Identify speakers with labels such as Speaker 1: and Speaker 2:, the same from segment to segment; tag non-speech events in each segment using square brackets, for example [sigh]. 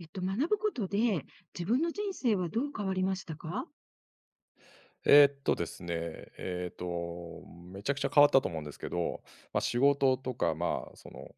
Speaker 1: 学ぶことで、自分の人生はどう変わりましたか？
Speaker 2: ですね、えーっと、めちゃくちゃ変わったと思うんですけど、まあ、仕事とか、まあ、その、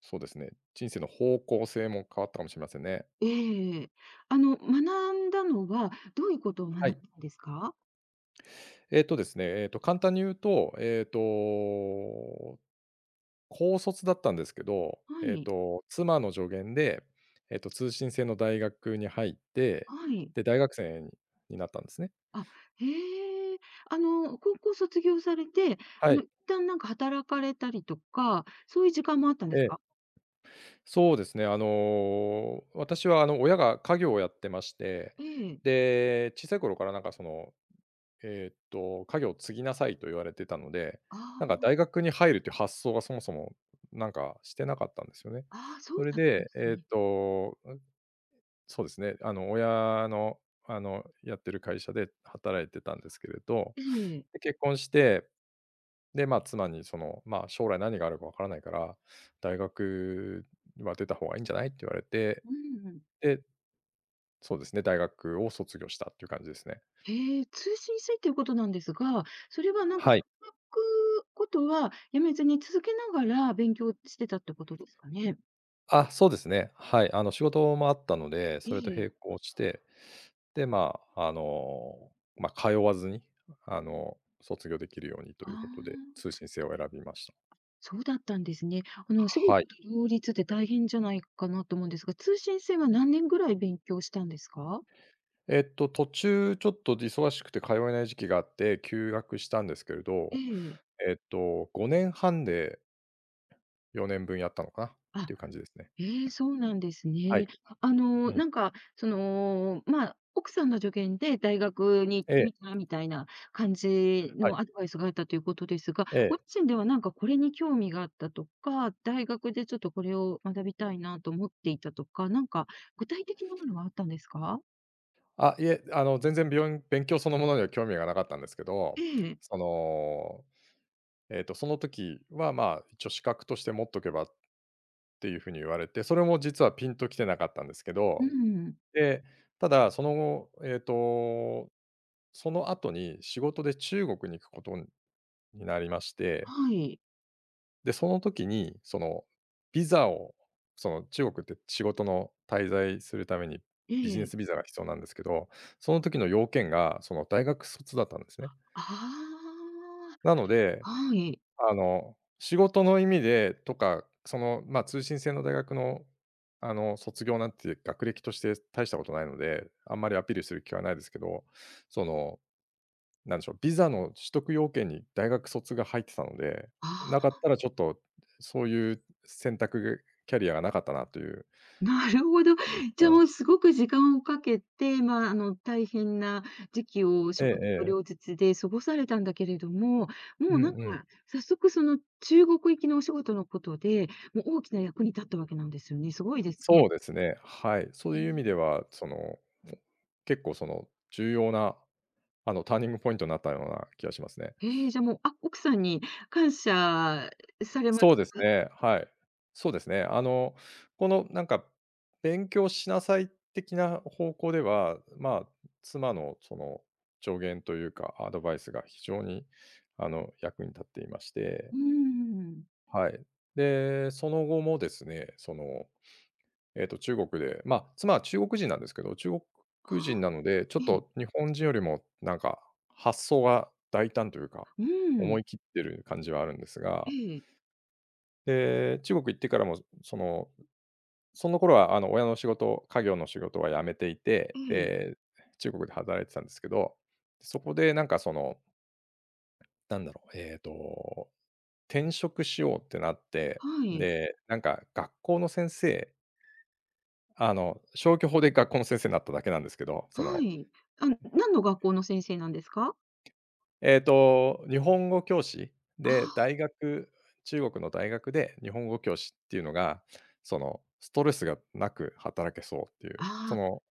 Speaker 2: そうですね、人生の方向性も変わったかもしれませんね。
Speaker 1: ええ。あの、学んだのは、どういうことを学ん
Speaker 2: は
Speaker 1: だ
Speaker 2: い。
Speaker 1: んですか？
Speaker 2: ですね、えーっと、簡単に言うと、高卒だったんですけど、
Speaker 1: はい、
Speaker 2: 妻の助言で、通信制の大学に入って、
Speaker 1: はい。
Speaker 2: で、大学生になったんですね。
Speaker 1: あ、へえ。あの、高校卒業されて、あ
Speaker 2: はい。
Speaker 1: の、一旦なんか働かれたりとか、そういう時間もあったんです
Speaker 2: え。
Speaker 1: か？
Speaker 2: そうですね。あの、私は親が家業をやってまして、
Speaker 1: ええ。
Speaker 2: で、小さい頃からなんかその、家業を継ぎなさいと言われてたので、なんか
Speaker 1: あ
Speaker 2: 大学に入るという発想がそもそもなんかしてなかったんですよね。
Speaker 1: ああ、そ
Speaker 2: そ
Speaker 1: う
Speaker 2: れ
Speaker 1: だったんで
Speaker 2: で、
Speaker 1: すね。
Speaker 2: そうですね、あの、親のやってる会社で働いてたんですけれど、
Speaker 1: ええ。
Speaker 2: で、結婚してで、まあ、妻にその、まあ、将来何があるかわからないから、大学は出た方がいいんじゃないって言われて、
Speaker 1: うん。
Speaker 2: で、そうですね、大学を卒業したっていう感じですね。
Speaker 1: へえ、通信制いっていうことなんですが、それはなんか
Speaker 2: はい。
Speaker 1: 働くことはやめずに続けながら勉強してたってことですかね？
Speaker 2: あ、そうですね。はい。あの、仕事もあったので、
Speaker 1: え
Speaker 2: それと
Speaker 1: え。
Speaker 2: 並行して、で、まあ、あの、まあ、通わずに、あの、卒業できるようにと
Speaker 1: ああ、
Speaker 2: いうことで、通信制を選びました。
Speaker 1: そうだったんですね。あの、お仕事と
Speaker 2: はい。
Speaker 1: 両立って大変じゃないかなと思うんですが、通信制は何年ぐらい勉強したんですか？
Speaker 2: 途中ちょっと忙しくて通えない時期があって、休学したんですけれど、
Speaker 1: ええ。
Speaker 2: 5年半で4年分やったのかなっ
Speaker 1: あ、
Speaker 2: ていう感じですね。
Speaker 1: ええ、そうなんです
Speaker 2: は
Speaker 1: ね。
Speaker 2: い。
Speaker 1: あの、
Speaker 2: うん。
Speaker 1: なんか、その、まあ、奥さんの助言で大学に行っ
Speaker 2: え
Speaker 1: て
Speaker 2: え、
Speaker 1: みたみたいな感じ
Speaker 2: はい。
Speaker 1: のアドバイスがあったということですが、
Speaker 2: え
Speaker 1: ご
Speaker 2: え。
Speaker 1: 自身ではなんかこれに興味があったとか、大学でちょっとこれを学びたいなと思っていたとか、なんか具体的なものはあったんですか？
Speaker 2: あ、いえ、あの、全然びょん勉強そのものには興味がなかったんですけ
Speaker 1: え
Speaker 2: ど、
Speaker 1: え。
Speaker 2: その、その時は、まあ、一応資格として持っとけばっていう風に言われて、それも実はピンときてなかったんですけ
Speaker 1: う
Speaker 2: ど、
Speaker 1: ん。
Speaker 2: で、ただ、その後、えっと、その後に仕事で中国に行くことになりまして
Speaker 1: はい。
Speaker 2: で、その時に、その、ビザを、その、中国って仕事の滞在するために
Speaker 1: え
Speaker 2: ビジネ
Speaker 1: え。
Speaker 2: スビザが必要なんですけど、その時の要件が、その、大学卒だったんですね。
Speaker 1: あ
Speaker 2: なので、
Speaker 1: あ。はい。
Speaker 2: あの、仕事の意味でとか、その、ま、あ通信制の大学の、あの、卒業なんて学歴として大したことないので、あんまりアピールする気はないですけど、そのなんでしょう、ビザの取得要件に大学卒が入ってたので、
Speaker 1: あ
Speaker 2: な
Speaker 1: あ。
Speaker 2: かったらちょっと、そういう選択キャリアがなかったなという
Speaker 1: [laughs] なるほど。
Speaker 2: 感じで
Speaker 1: じ
Speaker 2: す
Speaker 1: ゃあ、
Speaker 2: ね。
Speaker 1: もうすごく時間をかけて、まあ、あの、大変な時期を仕
Speaker 2: ええ
Speaker 1: 事と
Speaker 2: え
Speaker 1: 両
Speaker 2: え。
Speaker 1: 立で過ごされたんだけれども、もう
Speaker 2: う
Speaker 1: なん
Speaker 2: んうん。
Speaker 1: か、早速その中国行きのお仕事のことで、もう大きな役に立ったわけなんですよね。すごいですね。
Speaker 2: そうですね、はい。そ
Speaker 1: へえ、
Speaker 2: ういう意味では、その、結構その重要な、あの、ターニングポイントになったような気がしますね。
Speaker 1: へえ、じゃあもう、あ、奥さんに感謝されま
Speaker 2: そ
Speaker 1: し
Speaker 2: う
Speaker 1: た
Speaker 2: です
Speaker 1: か？
Speaker 2: ね、はい。そうですね。あの、このなんか、勉強しなさい的な方向では、まあ、妻のその助言というか、アドバイスが非常にあの、役に立っていまして、
Speaker 1: うん。
Speaker 2: はい。で、その後もですね、その、中国で、まあ、妻は中国人なんですけど、中
Speaker 1: あ
Speaker 2: 国人なので、ちょっ
Speaker 1: ええ。
Speaker 2: と日本人よりもなんか、発想が大胆というか、
Speaker 1: う
Speaker 2: 思
Speaker 1: ん。
Speaker 2: い切ってる感じはあるんです
Speaker 1: え
Speaker 2: が
Speaker 1: え、
Speaker 2: で、中国行ってからも、その、その頃はあの親の仕事、家業の仕事は辞めていて、
Speaker 1: ええ。
Speaker 2: で、中国で働いてたんですけど、そこでなんかその、なんだろう、転職しようってなって、
Speaker 1: はい、
Speaker 2: で、なんか学校の先生、あの、消去法で学校の先生になっただけなんですけど、
Speaker 1: は
Speaker 2: その、
Speaker 1: い。あ、何の学校の先生なんですか？
Speaker 2: 日本語教師で、
Speaker 1: あ
Speaker 2: 中国の大学で日本語教師っていうのが、その、ストレスがなく働けそうってい
Speaker 1: あ、
Speaker 2: う、そ
Speaker 1: ああ、
Speaker 2: の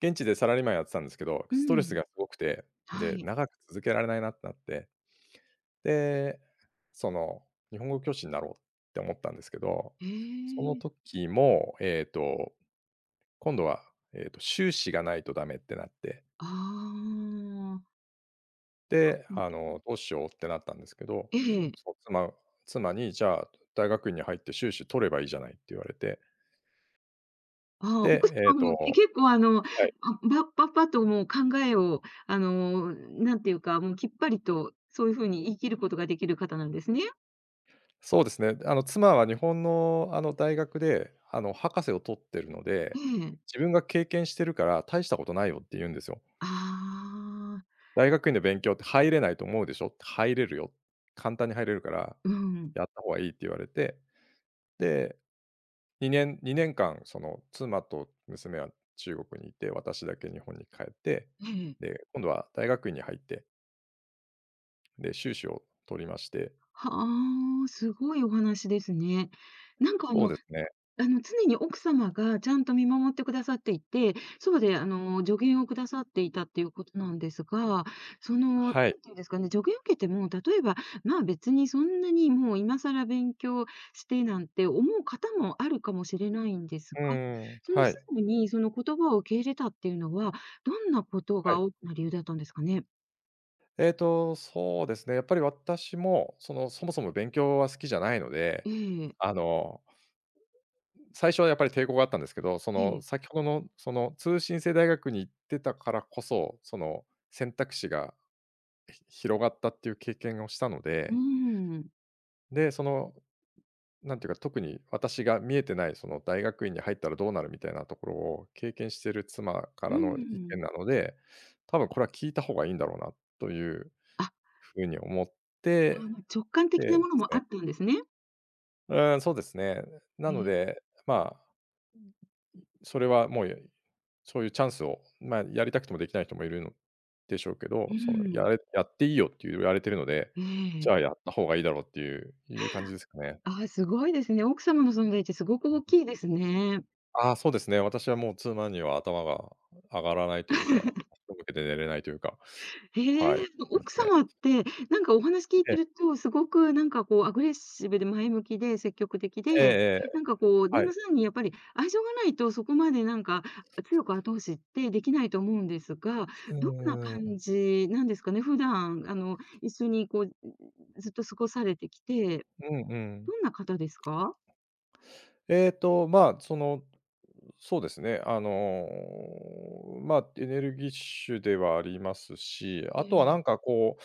Speaker 2: 現地でサラリーマンやってたんですけど、
Speaker 1: う
Speaker 2: ストレス
Speaker 1: ん。
Speaker 2: がすごくて、
Speaker 1: は
Speaker 2: で、
Speaker 1: い。
Speaker 2: 長く続けられないなってなって、で、その、日本語教師になろうって思ったんですけど、
Speaker 1: え
Speaker 2: その
Speaker 1: え。
Speaker 2: 時も、今度は、修士がないとダメってなって、
Speaker 1: ああ。
Speaker 2: で、
Speaker 1: うん、
Speaker 2: あの、どうしようってなったんですけど、
Speaker 1: ええ。
Speaker 2: そう、妻に、じゃあ、大学院に入って修士取ればいいじゃないって言われて、
Speaker 1: ああ、
Speaker 2: で、
Speaker 1: 奥様も、結構あの、あ、
Speaker 2: はい。
Speaker 1: パパッともう考えを、あの、なんていうか、もうきっぱりと、そういう風に言い切ることができる方なんですね。
Speaker 2: そうですね。あの、妻は日本の、あの、大学で、あの、博士を取ってるの
Speaker 1: え
Speaker 2: で、
Speaker 1: え。
Speaker 2: 自分が経験してるから大したことないよって言うんですよ。
Speaker 1: ああ、
Speaker 2: 大学院の勉強って入れないと思うでしょって、入れるよ、簡単に入れるから、
Speaker 1: うん。
Speaker 2: やった方がいいって言われて、で、2年間、その、妻と娘は中国にいて、私だけ日本に帰って、
Speaker 1: ええ。
Speaker 2: で、今度は大学院に入って、で、修士を取りまして、
Speaker 1: はあ、すごいお話ですね。なんかあ
Speaker 2: そう
Speaker 1: の
Speaker 2: ですね。
Speaker 1: あの、常に奥様がちゃんと見守ってくださっていて、そばであの、助言をくださっていたっていうことなんですが、その、なん
Speaker 2: はい。
Speaker 1: ていうんですかね、助言を受けても、例えば、まあ、別にそんなにもう今更勉強してなんて思う方もあるかもしれないんですが、
Speaker 2: うん、
Speaker 1: その
Speaker 2: は
Speaker 1: す
Speaker 2: い、
Speaker 1: ぐにその言葉を受け入れたっていうのは、どんなこと
Speaker 2: は
Speaker 1: が
Speaker 2: い。
Speaker 1: 大きな理由だったんですかね？
Speaker 2: そうですね、やっぱり私も、その、そもそも勉強は好きじゃないので、
Speaker 1: ええ、
Speaker 2: あの、最初はやっぱり抵抗があったんですけど、そ
Speaker 1: え
Speaker 2: の、
Speaker 1: え、
Speaker 2: 先ほどの、その、通信制大学に行ってたからこそ、その、選択肢が広がったっていう経験をしたの
Speaker 1: う
Speaker 2: で、
Speaker 1: ん、
Speaker 2: で、その、なんていうか、特に私が見えてない、その、大学院に入ったらどうなるみたいなところを経験してる妻か
Speaker 1: う
Speaker 2: らの意見
Speaker 1: ん。
Speaker 2: なので、多分これは聞いた方がいいんだろうなという
Speaker 1: あ、
Speaker 2: ふうに思っ
Speaker 1: あ
Speaker 2: て、
Speaker 1: の、直感的な
Speaker 2: で、で
Speaker 1: もの
Speaker 2: す
Speaker 1: もあ
Speaker 2: ね
Speaker 1: ったんですね。
Speaker 2: うーん、そうですね。な
Speaker 1: え
Speaker 2: の
Speaker 1: え、
Speaker 2: で、まあ、それはもう、そういうチャンスを、まあ、やりたくてもできない人もいるのでしょうけ
Speaker 1: う
Speaker 2: ど、その、
Speaker 1: ん。
Speaker 2: やっていいよって言われてるので、
Speaker 1: え
Speaker 2: じ
Speaker 1: え。
Speaker 2: ゃあやった方がいいだろうっていう感じですかね。
Speaker 1: ああ、すごいですね。奥様の存在ってすごく大きいですね。
Speaker 2: ああ、そうですね。私はもう妻には頭が上がらないというか、仰向けで寝れないというか、
Speaker 1: へ
Speaker 2: はい、
Speaker 1: え、
Speaker 2: そうで
Speaker 1: 奥
Speaker 2: すね。
Speaker 1: 様って、なんかお話聞い
Speaker 2: え
Speaker 1: てる
Speaker 2: え、
Speaker 1: と、すごくなんかこうアグレッシブで前向きで積極的で、
Speaker 2: ええええ、
Speaker 1: なんかこう旦
Speaker 2: は
Speaker 1: 那
Speaker 2: い。
Speaker 1: さんにやっぱり愛情がないとそこまでなんか強く後押しってできないと思うんですが、
Speaker 2: うー
Speaker 1: どんな
Speaker 2: ん、
Speaker 1: 感
Speaker 2: う
Speaker 1: じなんですかね？普段あの一緒にこう、ずっと過ごされてきて、
Speaker 2: んうん。
Speaker 1: どんな方ですか？
Speaker 2: まあ、その、そうですね、あの、まあ、エネルギッシュではありますし、
Speaker 1: え
Speaker 2: あとはな
Speaker 1: え、
Speaker 2: んかこう、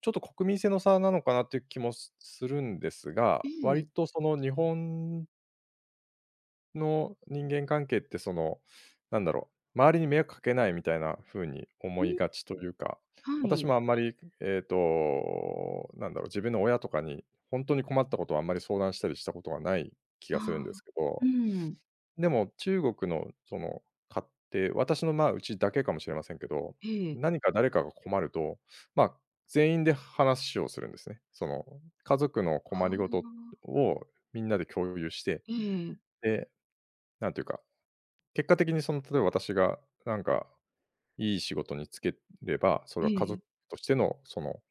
Speaker 2: ちょっと国民性の差なのかなっていう気もするんです
Speaker 1: え
Speaker 2: が、割
Speaker 1: え、
Speaker 2: とその日本の人間関係ってその、なんだろう、周りに迷惑かけないみたいな風に
Speaker 1: う
Speaker 2: 思い
Speaker 1: ん。
Speaker 2: がちというか、
Speaker 1: は
Speaker 2: 私
Speaker 1: い。
Speaker 2: もあんまり、なんだろう、自分の親とかに本当に困ったことはあんまり相談したりしたことがない気
Speaker 1: あ
Speaker 2: がするんで
Speaker 1: あ、
Speaker 2: すけ
Speaker 1: う
Speaker 2: ど
Speaker 1: ん。
Speaker 2: でも、中国のその買って、私のまあ、うちだけかもしれませんけど、
Speaker 1: ええ。
Speaker 2: 何か誰かが困ると、まあ、全員で話をするんですね。その、家族の
Speaker 1: ああ、
Speaker 2: 困りごとをみんなで共有して、
Speaker 1: ええ、
Speaker 2: で、なんていうか、結果的にその、例えば私がなんかいい仕事に就ければ、そ
Speaker 1: え
Speaker 2: れは家族
Speaker 1: え。
Speaker 2: としてのその、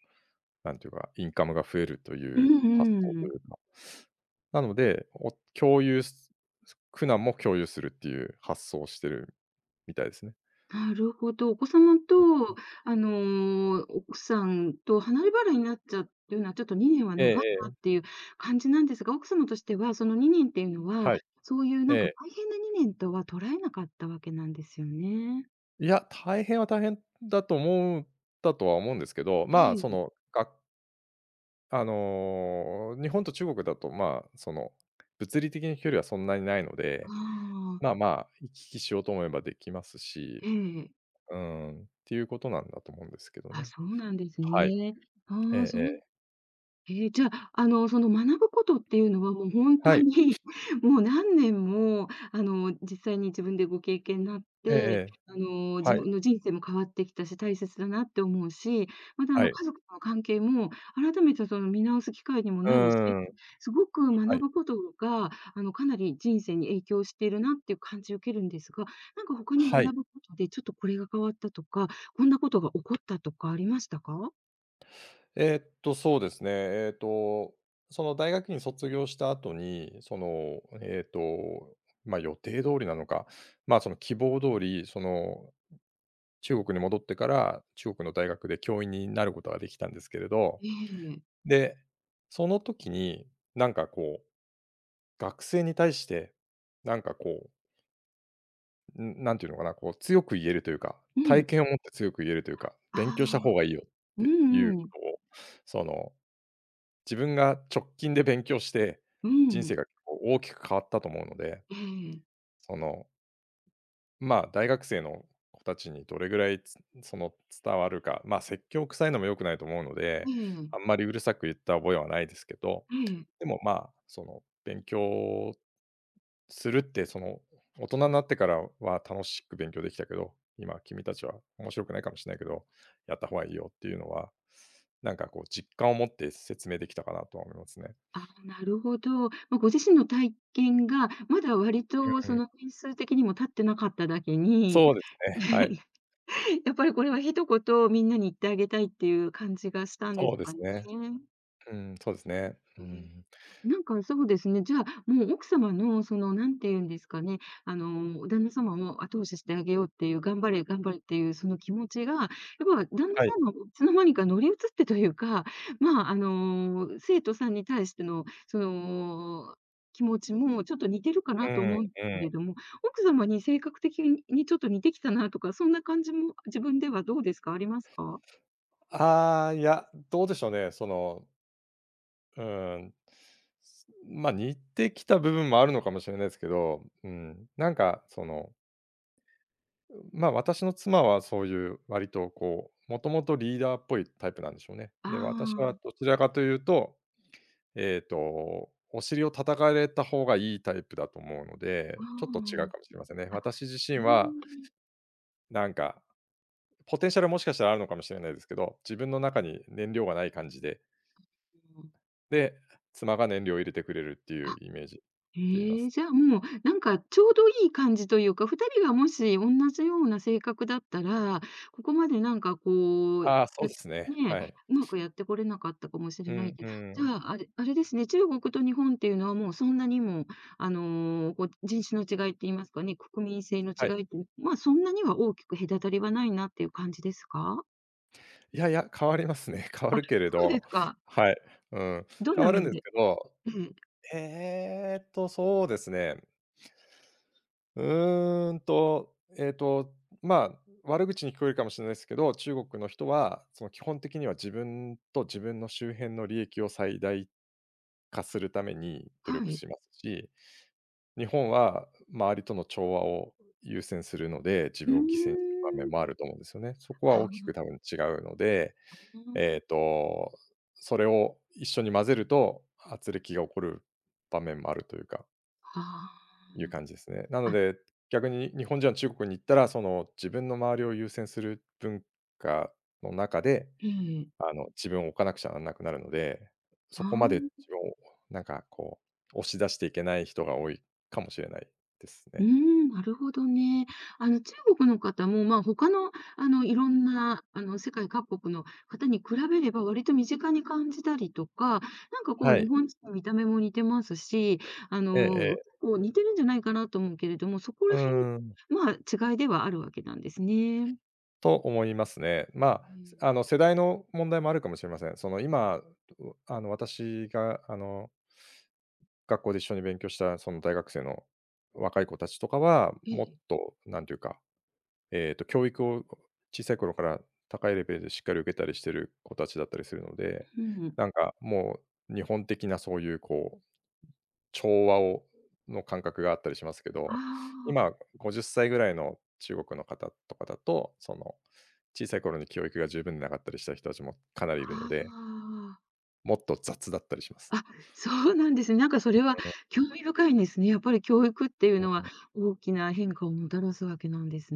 Speaker 2: なんていうか、インカムが増えるとい
Speaker 1: う
Speaker 2: う
Speaker 1: ん
Speaker 2: 発想
Speaker 1: う
Speaker 2: とい
Speaker 1: ん。
Speaker 2: うか。なので、お共有す苦難も共有するっていう発想をしてるみたいですね。
Speaker 1: なるほど。お子様と、あの、奥さんと離れ離れになっちゃうっていうのは、ちょっと2年は
Speaker 2: ええ
Speaker 1: 長い
Speaker 2: え
Speaker 1: なっ
Speaker 2: え、
Speaker 1: ていう感じなんですが、奥様としては、その2年っていうのは、
Speaker 2: はい。
Speaker 1: そういう
Speaker 2: え
Speaker 1: なんか
Speaker 2: え。
Speaker 1: 大変な2年とは捉えなかったわけなんですよね。
Speaker 2: いや、大変は大変だとは思うんですけど、まあ、
Speaker 1: え
Speaker 2: そ
Speaker 1: え。
Speaker 2: の、あの、日本と中国だと、まあ、その、物理的に距離はそんなにないの
Speaker 1: あ
Speaker 2: で、
Speaker 1: あ、
Speaker 2: まあまあ、行き来しようと思えばできます
Speaker 1: え
Speaker 2: し、
Speaker 1: え。
Speaker 2: うーっていうことなんだと思うんですけど
Speaker 1: あ、
Speaker 2: ね。
Speaker 1: そうなんです
Speaker 2: はい。
Speaker 1: ね。
Speaker 2: え
Speaker 1: ああ、
Speaker 2: え
Speaker 1: そ
Speaker 2: え
Speaker 1: う
Speaker 2: え。
Speaker 1: ええ、じゃあ、あの、その学ぶことっていうのはもう本当
Speaker 2: はい。
Speaker 1: に、[laughs] もう何年も、あの、実際に自分でご経験なっ
Speaker 2: えええ
Speaker 1: て、
Speaker 2: え。
Speaker 1: あの、自
Speaker 2: はい、
Speaker 1: 分の人生も変わってきたし、大切だなって思うし、また、あ
Speaker 2: は
Speaker 1: の、
Speaker 2: い。
Speaker 1: 家族との関係も改めてその見直す機会にも
Speaker 2: う
Speaker 1: なるし、
Speaker 2: ーん、
Speaker 1: すごく
Speaker 2: は
Speaker 1: 学
Speaker 2: い。
Speaker 1: ぶことが、あの、かなり人生に影響しているなっていう感じを受けるんですが、なんか他に学
Speaker 2: はい。
Speaker 1: ぶことでちょっとこれが変わったとか、こんなことが起こったとかありましたか？
Speaker 2: そうですね。その大学院卒業した後に、ま、予定通りなのか、ま、その希望通り、その、中国に戻ってから、中国の大学で教員になることができたんですけれど、
Speaker 1: ええ。
Speaker 2: で、その時に、なんかこう、学生に対して、なんかこう、ん、なんていうのかな、こう強く言えるというか、
Speaker 1: うん。
Speaker 2: 体験を持って強く言えるというか、勉
Speaker 1: あ
Speaker 2: 強した
Speaker 1: あ。
Speaker 2: 方がいいよっ
Speaker 1: う
Speaker 2: てい
Speaker 1: ん
Speaker 2: う
Speaker 1: うん。
Speaker 2: ことを、その自分が直近で勉強して、
Speaker 1: う
Speaker 2: 人
Speaker 1: ん。
Speaker 2: 生が結構大きく変わったと思うので、
Speaker 1: ええ、
Speaker 2: その、まあ、大学生の子たちにどれぐらい、その、伝わるか、まあ、説教臭いのも良くないと思うの
Speaker 1: え
Speaker 2: で、
Speaker 1: え、
Speaker 2: あんまりうるさく言った覚えはないですけど、
Speaker 1: ええ。
Speaker 2: でも、まあ、その、勉強するって、その、大人になってからは楽しく勉強できたけど、今君たちは面白くないかもしれないけど、やった方がいいよっていうのは、なんかこう実感を持って説明できたかなとは思いますね。
Speaker 1: ああ、なるほど。ま、ご自身の体験が、まだ割
Speaker 2: う
Speaker 1: とそ
Speaker 2: ん、
Speaker 1: の年数的にも経ってなかっただけに、
Speaker 2: そうですね、は
Speaker 1: [laughs]
Speaker 2: い。
Speaker 1: やっぱりこれは一言みんなに言ってあげたいっていう感じがしたんで
Speaker 2: そ
Speaker 1: す
Speaker 2: うで
Speaker 1: か
Speaker 2: す
Speaker 1: ね。
Speaker 2: ね。うん、そうですね。う
Speaker 1: ええ。
Speaker 2: ん。
Speaker 1: なんかそうですね、じゃあ、もう奥様のその、なんて言うんですかね、あの、旦那様を後押ししてあげようっていう、頑張れ頑張れっていうその気持ちが、やっぱ旦那
Speaker 2: はい。
Speaker 1: 様もいつの間にか乗り移ってというか、まあ、あの、生徒さんに対してのその、気持ちもちょっと似てるかな
Speaker 2: う
Speaker 1: と
Speaker 2: ん、
Speaker 1: 思うんです
Speaker 2: うん。
Speaker 1: けれども、奥様に性格的にちょっと似てきたなとか、そんな感じも自分ではどうですか？ありますか？
Speaker 2: ああ、いや、どうでしょうね、その、うーん、似てきた部分もあるのかもしれないですけど、うん、なんかその、ま、私の妻はそういう割とこう、もともとリーダーっぽいタイプなんでしょうね。
Speaker 1: あ
Speaker 2: で、私は
Speaker 1: あ、
Speaker 2: どちらかというと、お尻を叩かれた方がいいタイプだと思うの
Speaker 1: あ
Speaker 2: で、ちょっと違うかもしれませんね。
Speaker 1: あ、あ、
Speaker 2: 私自身
Speaker 1: うー
Speaker 2: は、
Speaker 1: ん。
Speaker 2: なんかポテンシャルはもしかしたらあるのかもしれないですけど、自分の中に燃料がない感じで、
Speaker 1: あ、
Speaker 2: で、妻が燃料を入れてくれるっていうイメージでいま
Speaker 1: ええ、
Speaker 2: す。
Speaker 1: じゃあもう、なんかちょうどいい感じというか、2人がもし同じような性格だったら、ここまでなんかこう、
Speaker 2: ああ、そう
Speaker 1: や
Speaker 2: ですね。
Speaker 1: ね、
Speaker 2: はい。
Speaker 1: うまくやってこれなかったかもしれ
Speaker 2: う
Speaker 1: ない
Speaker 2: ん
Speaker 1: け
Speaker 2: う
Speaker 1: ど、じ
Speaker 2: ん。
Speaker 1: ゃあ、あれですね、中国と日本っていうのはもうそんなにも、あの、こう人種の違いって言いますかね、国民性の違
Speaker 2: はい。
Speaker 1: いって、まあ、そんなには大きく隔たりはないなっていう感じですか？
Speaker 2: いやいや、変わりますね。[laughs] 変わ
Speaker 1: あ、
Speaker 2: るけれ
Speaker 1: そうです
Speaker 2: ど、
Speaker 1: か。
Speaker 2: はい。うん。
Speaker 1: どん
Speaker 2: 変
Speaker 1: な
Speaker 2: わるん
Speaker 1: 面
Speaker 2: で
Speaker 1: で？
Speaker 2: すけど、
Speaker 1: ええ、
Speaker 2: そうですね。うーんと、えーっと、まあ、悪口に聞こえるかもしれないですけど、中国の人は、その基本的には自分と自分の周辺の利益を最大化するために努
Speaker 1: は
Speaker 2: 力
Speaker 1: い。
Speaker 2: しますし、日本は周りとの調和を優先するので、自
Speaker 1: うー
Speaker 2: 分を犠牲にする場面
Speaker 1: ん。
Speaker 2: もあると思うんですよね。そこは大き
Speaker 1: あ
Speaker 2: く多分違うので、
Speaker 1: ー
Speaker 2: えっと、それを一緒に混ぜると、圧力が起こる場面もあるというか、
Speaker 1: あ
Speaker 2: いう
Speaker 1: ー。
Speaker 2: 感じですね。なの
Speaker 1: あ
Speaker 2: で、逆に日本人は中国に行ったら、その自分の周りを優先する文化の中で、
Speaker 1: ええ。
Speaker 2: あの、自分を置かなくちゃならなくなるので、
Speaker 1: あ
Speaker 2: そこまで
Speaker 1: ー
Speaker 2: 自分をなんかこう、押し出していけない人が多いかもしれないです
Speaker 1: うー
Speaker 2: ね。
Speaker 1: ん、なるほどね。あの、中国の方も、まあ、他の、あの、いろんな、あの、世界各国の方に比べれば割と身近に感じたりとか、なんかこう
Speaker 2: は
Speaker 1: 日
Speaker 2: い。
Speaker 1: 本人の見た目も似てますし、あ
Speaker 2: ええ
Speaker 1: の、
Speaker 2: ええ。
Speaker 1: 結構似てるんじゃないかなと思うけれども、そこ
Speaker 2: う
Speaker 1: ら辺、
Speaker 2: ーん、
Speaker 1: まあ、違いではあるわけなんですね。
Speaker 2: と思いますね。まあ、あの、世代の問題もあるかもしれません。その、今、あの、私が、あの、学校で一緒に勉強したその大学生の若い子たちとかは、
Speaker 1: え
Speaker 2: もっ
Speaker 1: え。
Speaker 2: となんていうか、教育を小さい頃から高いレベルでしっかり受けたりしてる子たちだったりするの
Speaker 1: え
Speaker 2: で、
Speaker 1: えうん。
Speaker 2: なんかもう日本的なそういうこう、調和をの感覚があったりしますけ
Speaker 1: あ
Speaker 2: ど、
Speaker 1: あ、
Speaker 2: 今50歳ぐらいの中国の方とかだと、その、小さい頃に教育が十分でなかったりした人たちもかなりいるの
Speaker 1: あ
Speaker 2: で、
Speaker 1: あ。
Speaker 2: もっと雑だったりします。
Speaker 1: あ、そうなんですね。なんかそれは興味深いんですね。やっぱり教育っていう
Speaker 2: う
Speaker 1: のは
Speaker 2: ん
Speaker 1: 大きな変化をもたらすわけなんです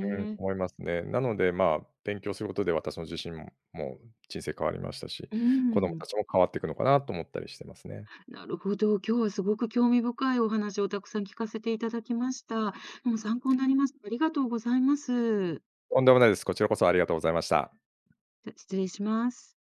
Speaker 2: うん、思いますね。なので、まあ、勉強することで私の自身ももう人生変わりましたし、
Speaker 1: う
Speaker 2: 子供
Speaker 1: ん、
Speaker 2: たちも変わっていくのかなと思ったりしてますね。
Speaker 1: なるほど。今日はすごく興味深いお話をたくさん聞かせていただきました。もう参考になりますありがとうございます。
Speaker 2: とんでもないです。こちらこそありがとうございました。
Speaker 1: じゃ、失礼します。